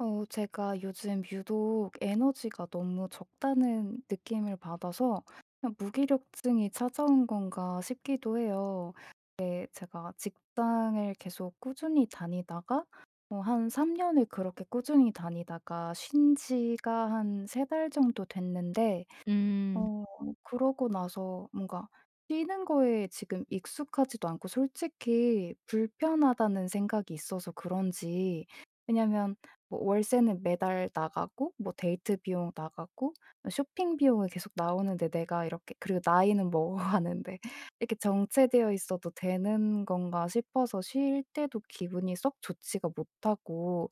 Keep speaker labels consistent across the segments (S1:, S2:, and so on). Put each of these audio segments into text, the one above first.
S1: 제가 요즘 유독 에너지가 너무 적다는 느낌을 받아서 그냥 '무기력증이 찾아온 건가?' 싶기도 해요. 네, 제가 직장을 계속 꾸준히 다니다가 한3 년을 그렇게 꾸준히 다니다가 쉰 지가 한 3달 정도 됐는데
S2: 음.
S1: 어 그러고 나서 뭔가 쉬는 거에 지금 익숙하지도 않고 솔직히 불편하다는 생각이 있어서 그런지. 왜냐면 뭐 월세는 매달 나가고, 뭐 데이트 비용 나가고, 쇼핑 비용이 계속 나오는데, 내가 이렇게, 그리고 나이는 먹어가는데 '이렇게 정체되어 있어도 되는 건가?' 싶어서 쉴 때도 기분이 썩 좋지가 못하고.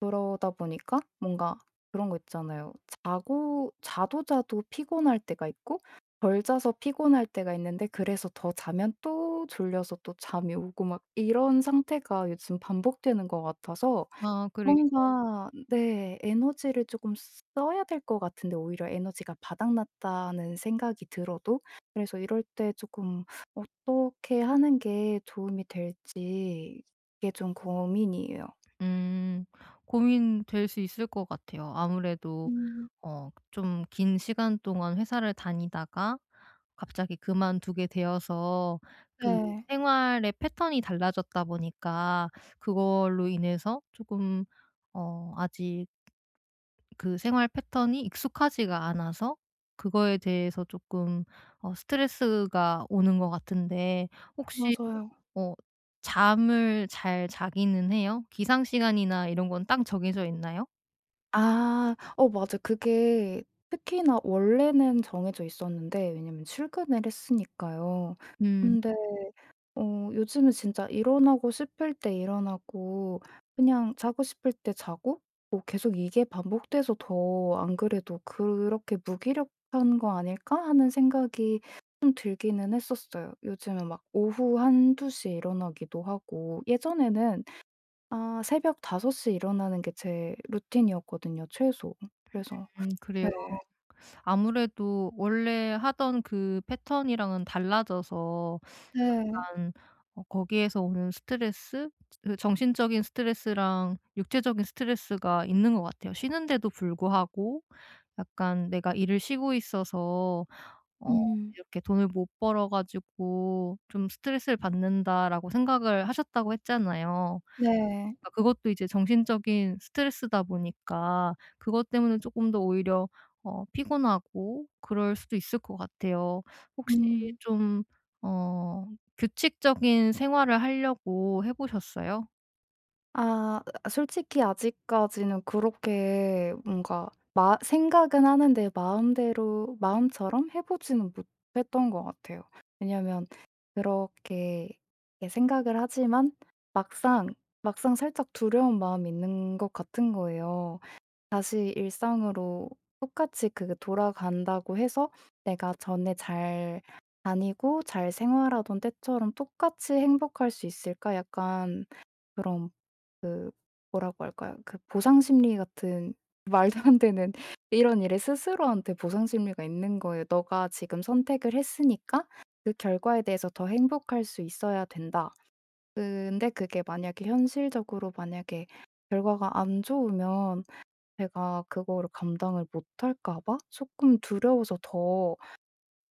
S1: 그러다 보니까 뭔가 그런 거 있잖아요. 자고 자도 자도 피곤할 때가 있고, 덜 자서 피곤할 때가 있는데, 그래서 더 자면 또 졸려서 또 잠이 오고 막 이런 상태가 요즘 반복되는 것 같아서.
S2: 아 그래.
S1: 뭔가 네 에너지를 조금 써야 될 것 같은데 오히려 에너지가 바닥났다는 생각이 들어도. 그래서 이럴 때 조금 어떻게 하는 게 도움이 될지, 이게 좀 고민이에요.
S2: 음. 고민될 수 있을 것 같아요, 아무래도.
S1: 음.
S2: 좀 긴 시간 동안 회사를 다니다가 갑자기 그만두게 되어서 그
S1: 네.
S2: 생활의 패턴이 달라졌다 보니까 그걸로 인해서 조금 아직 그 생활 패턴이 익숙하지가 않아서 그거에 대해서 조금 스트레스가 오는 것 같은데. 혹시
S1: 맞아요.
S2: 어 잠을 잘 자기는 해요? 기상 시간이나 이런 건 딱 정해져 있나요?
S1: 아. 어 맞아. 그게 특히나 원래는 정해져 있었는데 왜냐면 출근을 했으니까요.
S2: 음.
S1: 근데 요즘은 진짜 일어나고 싶을 때 일어나고, 그냥 자고 싶을 때 자고, 뭐 계속 이게 반복돼서 더 안 그래도 '그렇게 무기력한 거 아닐까?' 하는 생각이 좀 들기는 했었어요. 요즘은 막 오후 한두 시에 일어나기도 하고, 예전에는 아 새벽 5섯시에 일어나는 게 제 루틴이었거든요 최소. 그래서. 네.
S2: 그래요. 아무래도 원래 하던 그 패턴이랑은 달라져서
S1: 네.
S2: 약간 거기에서 오는 스트레스? 그 정신적인 스트레스랑 육체적인 스트레스가 있는 것 같아요. 쉬는데도 불구하고 약간 내가 일을 쉬고 있어서 어
S1: 음.
S2: 이렇게 '돈을 못 벌어 가지고 좀 스트레스를 받는다.'라고 생각을 하셨다고 했잖아요.
S1: 네.
S2: 그러니까 그것도 이제 정신적인 스트레스다 보니까 그것 때문에 쪼끔 더 오히려 피곤하고 그럴 수도 있을 것 같아요. 혹시
S1: 음.
S2: 좀 어 규칙적인 생활을 하려고 해 보셨어요?
S1: 아 솔직히 아직까지는 그렇게 뭔가 마 생각은 하는데 마음대로 마음처럼 해 보지는 못했던 것 같아요. 왜냐면 그렇게 예 생각을 하지만 막상 살짝 두려운 마음이 있는 것 같은 거예요. 다시 일상으로 똑같이 그 돌아간다고 해서 내가 전에 잘 다니고 잘 생활하던 때처럼 똑같이 행복할 수 있을까? 약간 그런 그 뭐라고 할까요? 그 보상 심리 같은 말도 안 되는 이런 일에 스스로한테 보상 심리가 있는 거예요. '너가 지금 선택을 했으니까 그 결과에 대해서 더 행복할 수 있어야 된다.' 근데 그게 만약에 현실적으로 만약에 결과가 안 좋으면 제가 그거를 감당을 못할까 봐 조금 두려워서 더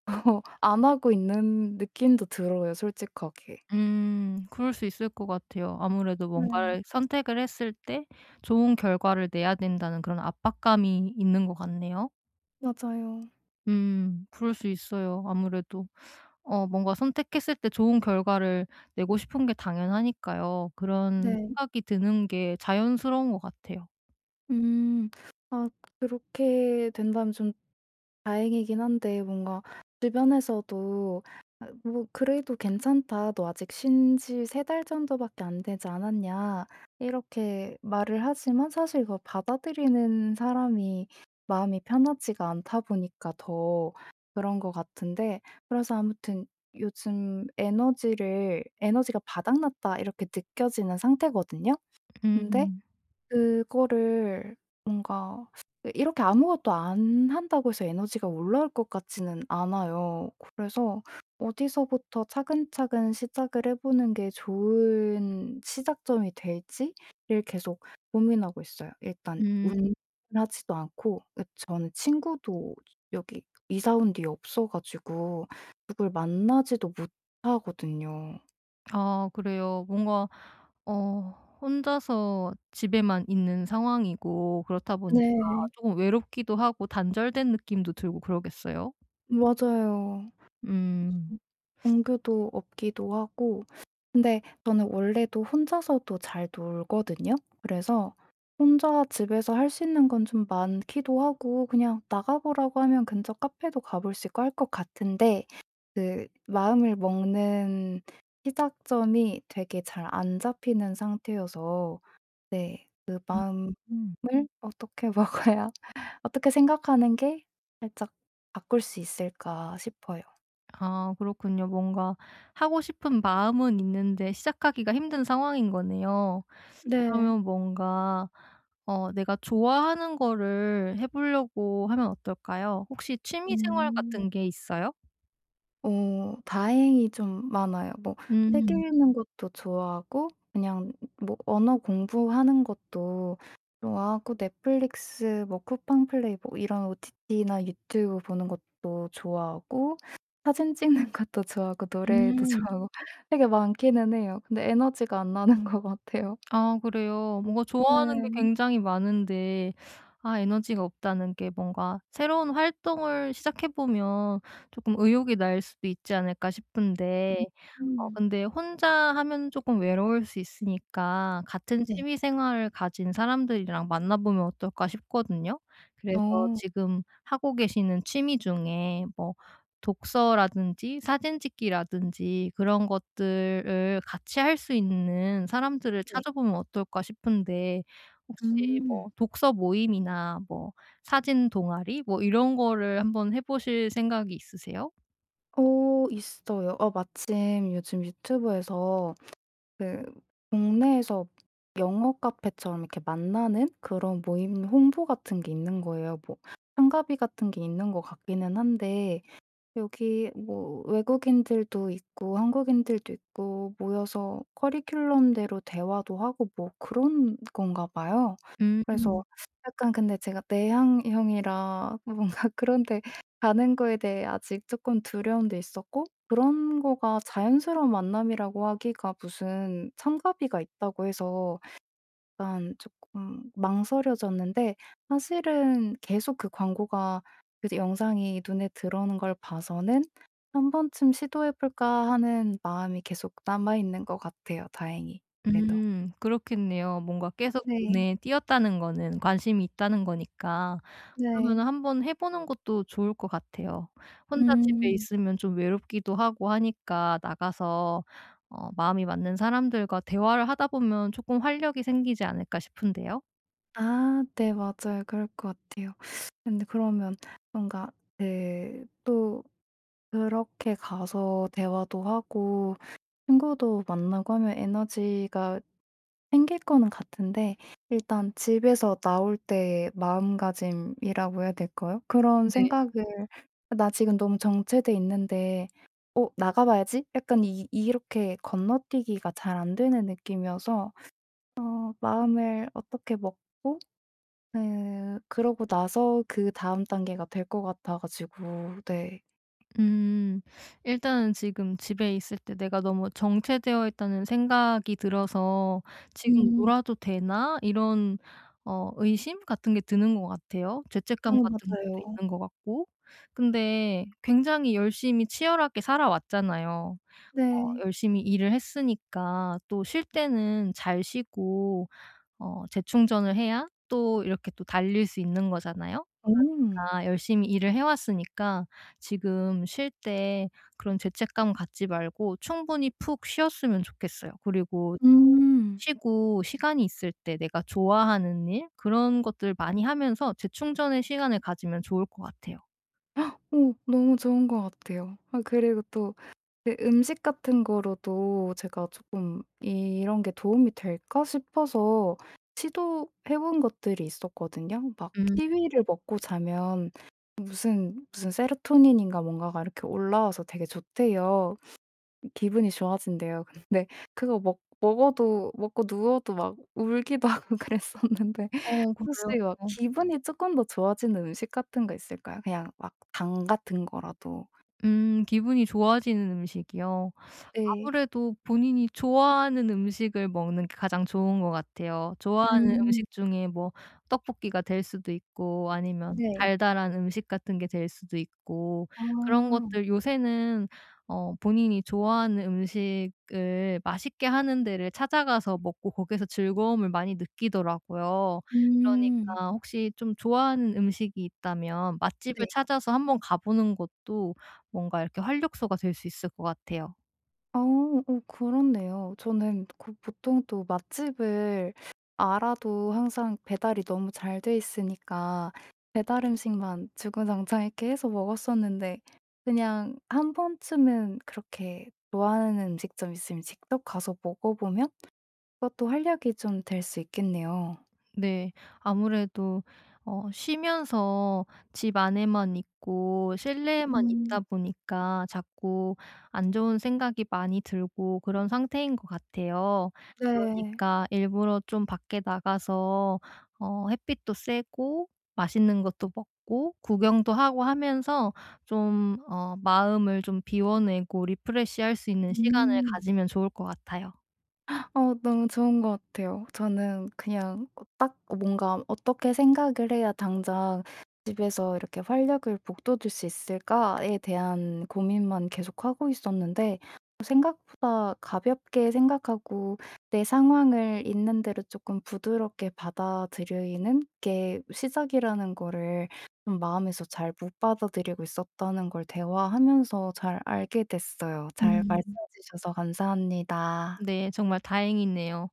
S1: 안 하고 있는 느낌도 들어요 솔직하게.
S2: 음. 그럴 수 있을 것 같아요, 아무래도.
S1: 네.
S2: 뭔가를 선택을 했을 때 좋은 결과를 내야 된다는 그런 압박감이 있는 것 같네요.
S1: 맞아요.
S2: 음. 그럴 수 있어요, 아무래도. 뭔가 선택했을 때 좋은 결과를 내고 싶은 게 당연하니까요. 그런
S1: 네.
S2: 생각이 드는 게 자연스러운 것 같아요.
S1: 음. 아 그렇게 된다면 좀 다행이긴 한데 뭔가 주변에서도 아 뭐 "그래도 괜찮다. 너 아직 신지 세 달 정도밖에 안 되지 않았냐." 이렇게 말을 하지만 사실 그걸 받아들이는 사람이 마음이 편하지가 않다 보니까 더 그런 것 같은데. 그래서 아무튼 요즘 에너지를, '에너지가 바닥났다.' 이렇게 느껴지는 상태거든요. 근데
S2: 음.
S1: 그거를 뭔가 그 이렇게 아무것도 안 한다고 해서 에너지가 올라올 것 같지는 않아요. 그래서 어디서부터 차근차근 시작을 해 보는 게 좋은 시작점이 될지를 계속 고민하고 있어요. 일단
S2: 음.
S1: 운동을 하지도 않고, 그 저는 친구도 여기 이사 온 뒤에 없어 가지고 누굴 만나지도 못하거든요.
S2: 아 그래요. 뭔가 어 혼자서 집에만 있는 상황이고 그렇다 보니까
S1: 네.
S2: 조금 외롭기도 하고 단절된 느낌도 들고 그러겠어요?
S1: 맞아요.
S2: 음.
S1: 음 동교도 없기도 하고. 근데 저는 원래도 혼자서도 잘 놀거든요. 그래서 혼자 집에서 할 수 있는 건 좀 많기도 하고, 그냥 나가 보라고 하면 근처 카페도 가볼 수 있고 할 것 같은데, 그 마음을 먹는 시작점이 되게 잘 안 잡히는 상태여서. 네 그
S2: 음.
S1: 마음을
S2: 음.
S1: 어떻게 먹어야 어떻게 생각하는 게 살짝 바꿀 수 있을까 싶어요.
S2: 아 그렇군요. 뭔가 하고 싶은 마음은 있는데 시작하기가 힘든 상황인 거네요.
S1: 네.
S2: 그러면 뭔가 내가 좋아하는 거를 해 보려고 하면 어떨까요? 혹시 취미 생활
S1: 음.
S2: 같은 게 있어요?
S1: 다행히 좀 많아요. 뭐 책
S2: 음.
S1: 읽는 것도 좋아하고, 그냥 뭐 언어 공부하는 것도 좋아하고, 넷플릭스 뭐 쿠팡 플레이 뭐 이런 OTT나 유튜브 보는 것도 좋아하고, 사진 찍는 것도 좋아하고, 노래도
S2: 음.
S1: 좋아하고 되게 많기는 해요. 근데 에너지가 안 나는 것 같아요.
S2: 아 그래요. 뭔가 좋아하는 게
S1: 네.
S2: 굉장히 많은데 아 에너지가 없다는 게 뭔가 새로운 활동을 시작해 보면 조금 의욕이 날 수도 있지 않을까 싶은데
S1: 음.
S2: 근데 혼자 하면 조금 외로울 수 있으니까 같은
S1: 네.
S2: 취미 생활을 가진 사람들이랑 만나 보면 어떨까 싶거든요. 그래서
S1: 어
S2: 지금 하고 계시는 취미 중에 뭐 독서라든지 사진 찍기라든지 그런 것들을 같이 할 수 있는 사람들을
S1: 네.
S2: 찾아보면 어떨까 싶은데 혹시 뭐
S1: 음.
S2: 독서 모임이나 뭐 사진 동아리 뭐 이런 거를 한번 해 보실 생각이 있으세요?
S1: 어 있어요. 어 마침 요즘 유튜브에서 그 동네에서 영어 카페처럼 이렇게 만나는 그런 모임 홍보 같은 게 있는 거예요. 뭐 참가비 같은 게 있는 것 같기는 한데 여기 뭐 외국인들도 있고 한국인들도 있고 모여서 커리큘럼대로 대화도 하고 뭐 그런 건가 봐요. 그래서
S2: 음.
S1: 약간, 근데 제가 내향형이라 뭔가 그런 데 가는 거에 대해 아직 조금 두려움도 있었고, 그런 거가 자연스러운 만남이라고 하기가, 무슨 참가비가 있다고 해서 약간 조금 망설여졌는데, 사실은 계속 그 광고가, 그 영상이 눈에 들어오는 걸 봐서는 '한 번쯤 시도해 볼까.' 하는 마음이 계속 남아 있는 것 같아요 다행히 그래도.
S2: 그렇겠네요. 뭔가 계속
S1: 네.
S2: 눈에 띄었다는 거는 관심이 있다는 거니까. 그러면
S1: 네.
S2: 한번 해 보는 것도 좋을 것 같아요. 혼자 집에
S1: 음.
S2: 있으면 좀 외롭기도 하고 하니까 나가서 마음이 맞는 사람들과 대화를 하다 보면 조금 활력이 생기지 않을까 싶은데요.
S1: 아 네 맞아요. 그럴 것 같아요. 근데 그러면 뭔가 그 또 그렇게 가서 대화도 하고 친구도 만나고 하면 에너지가 생길 거는 같은데, 일단 집에서 나올 때의 마음가짐이라고 해야 될까요? 그런
S2: 네.
S1: 생각을, '나 지금 너무 정체돼 있는데 어 나가 봐야지.' 약간 이 이렇게 건너뛰기가 잘 안 되는 느낌이어서. 마음을 어떻게 먹고 네, 그러고 나서 그다음 단계가 될 것 같아 가지고 네.
S2: 음. 일단은 지금 집에 있을 때 '내가 너무 정체되어 있다.'는 생각이 들어서 '지금
S1: 음.
S2: 놀아도 되나?' 이런 의심 같은 게 드는 것 같아요.
S1: 어
S2: 죄책감 같은 것도
S1: 맞아요.
S2: 있는 것 같고. 근데 굉장히 열심히 치열하게 살아왔잖아요. 어
S1: 네.
S2: 열심히 일을 했으니까 또 쉴 때는 잘 쉬고 재충전을 해야 또 이렇게 또 달릴 수 있는 거잖아요.
S1: 음.
S2: 아, 열심히 일을 해 왔으니까 지금 쉴 때 그런 죄책감 갖지 말고 충분히 푹 쉬었으면 좋겠어요. 그리고
S1: 음.
S2: 쉬고 시간이 있을 때 내가 좋아하는 일 그런 것들 많이 하면서 재충전의 시간을 가지면 좋을 것 같아요.
S1: 너무 좋은 것 같아요. 아 그리고 또 그 음식 같은 거로도 제가 쪼끔 '이런 게 도움이 될까?' 싶어서 시도해 본 것들이 있었거든요. 막
S2: 음.
S1: 키위를 먹고 자면 무슨 무슨 세로토닌인가 뭔가가 이렇게 올라와서 되게 좋대요. 기분이 좋아진대요. 근데 그거 먹 먹어도 먹고 누워도 막 울기도 하고 그랬었는데.
S2: 어
S1: 혹시
S2: 그래요.
S1: 막
S2: 어.
S1: 기분이 쪼끔 더 좋아지는 음식 같은 거 있을까요? 그냥 막 당 같은 거라도.
S2: 기분이 좋아지는 음식이요?
S1: 네.
S2: 아무래도 본인이 좋아하는 음식을 먹는 게 가장 좋은 것 같아요. 좋아하는
S1: 음.
S2: 식 중에 뭐 떡볶이가 될 수도 있고 아니면
S1: 네.
S2: 달달한 음식 같은 게 될 수도 있고 그런
S1: 아.
S2: 것들 요새는 본인이 좋아하는 음식을 맛있게 하는 데를 찾아가서 먹고 거기서 즐거움을 많이 느끼더라고요.
S1: 음.
S2: 그러니까 혹시 좀 좋아하는 음식이 있다면
S1: 네.
S2: 맛집을 찾아서 한번 가 보는 것도 뭔가 이렇게 활력소가 될 수 있을 것 같아요.
S1: 어. 어 그렇네요. 저는 그 보통 또 맛집을 알아도 항상 배달이 너무 잘 돼 있으니까 배달 음식만 주구장창 이렇게 해서 먹었었는데, 그냥 한 번쯤은 그렇게 좋아하는 음식점 있으면 직접 가서 먹어보면 그것도 활력이 좀 될 수 있겠네요.
S2: 네. 아무래도 쉬면서 집 안에만 있고 실내에만
S1: 음.
S2: 있다 보니까 자꾸 안 좋은 생각이 많이 들고 그런 상태인 것 같아요.
S1: 네.
S2: 그러니까 일부러 좀 밖에 나가서 햇빛도 쐬고 맛있는 것도 먹고 구경도 하고 하면서 좀 마음을 좀 비워내고 리프레시할 수 있는 시간을
S1: 음.
S2: 가지면 좋을 것 같아요.
S1: 너무 좋은 것 같아요. 저는 그냥 딱 뭔가 '어떻게 생각을 해야 당장 집에서 이렇게 활력을 북돋을 수 있을까?'에 대한 고민만 계속하고 있었는데, 생각보다 가볍게 생각하고 내 상황을 있는 대로 조금 부드럽게 받아들이는 게 시작이라는 거를 좀 마음에서 잘 못 받아들이고 있었다는 걸 대화하면서 잘 알게 됐어요. 잘
S2: 음.
S1: 말씀 해 주셔서 감사합니다.
S2: 네. 정말 다행이네요.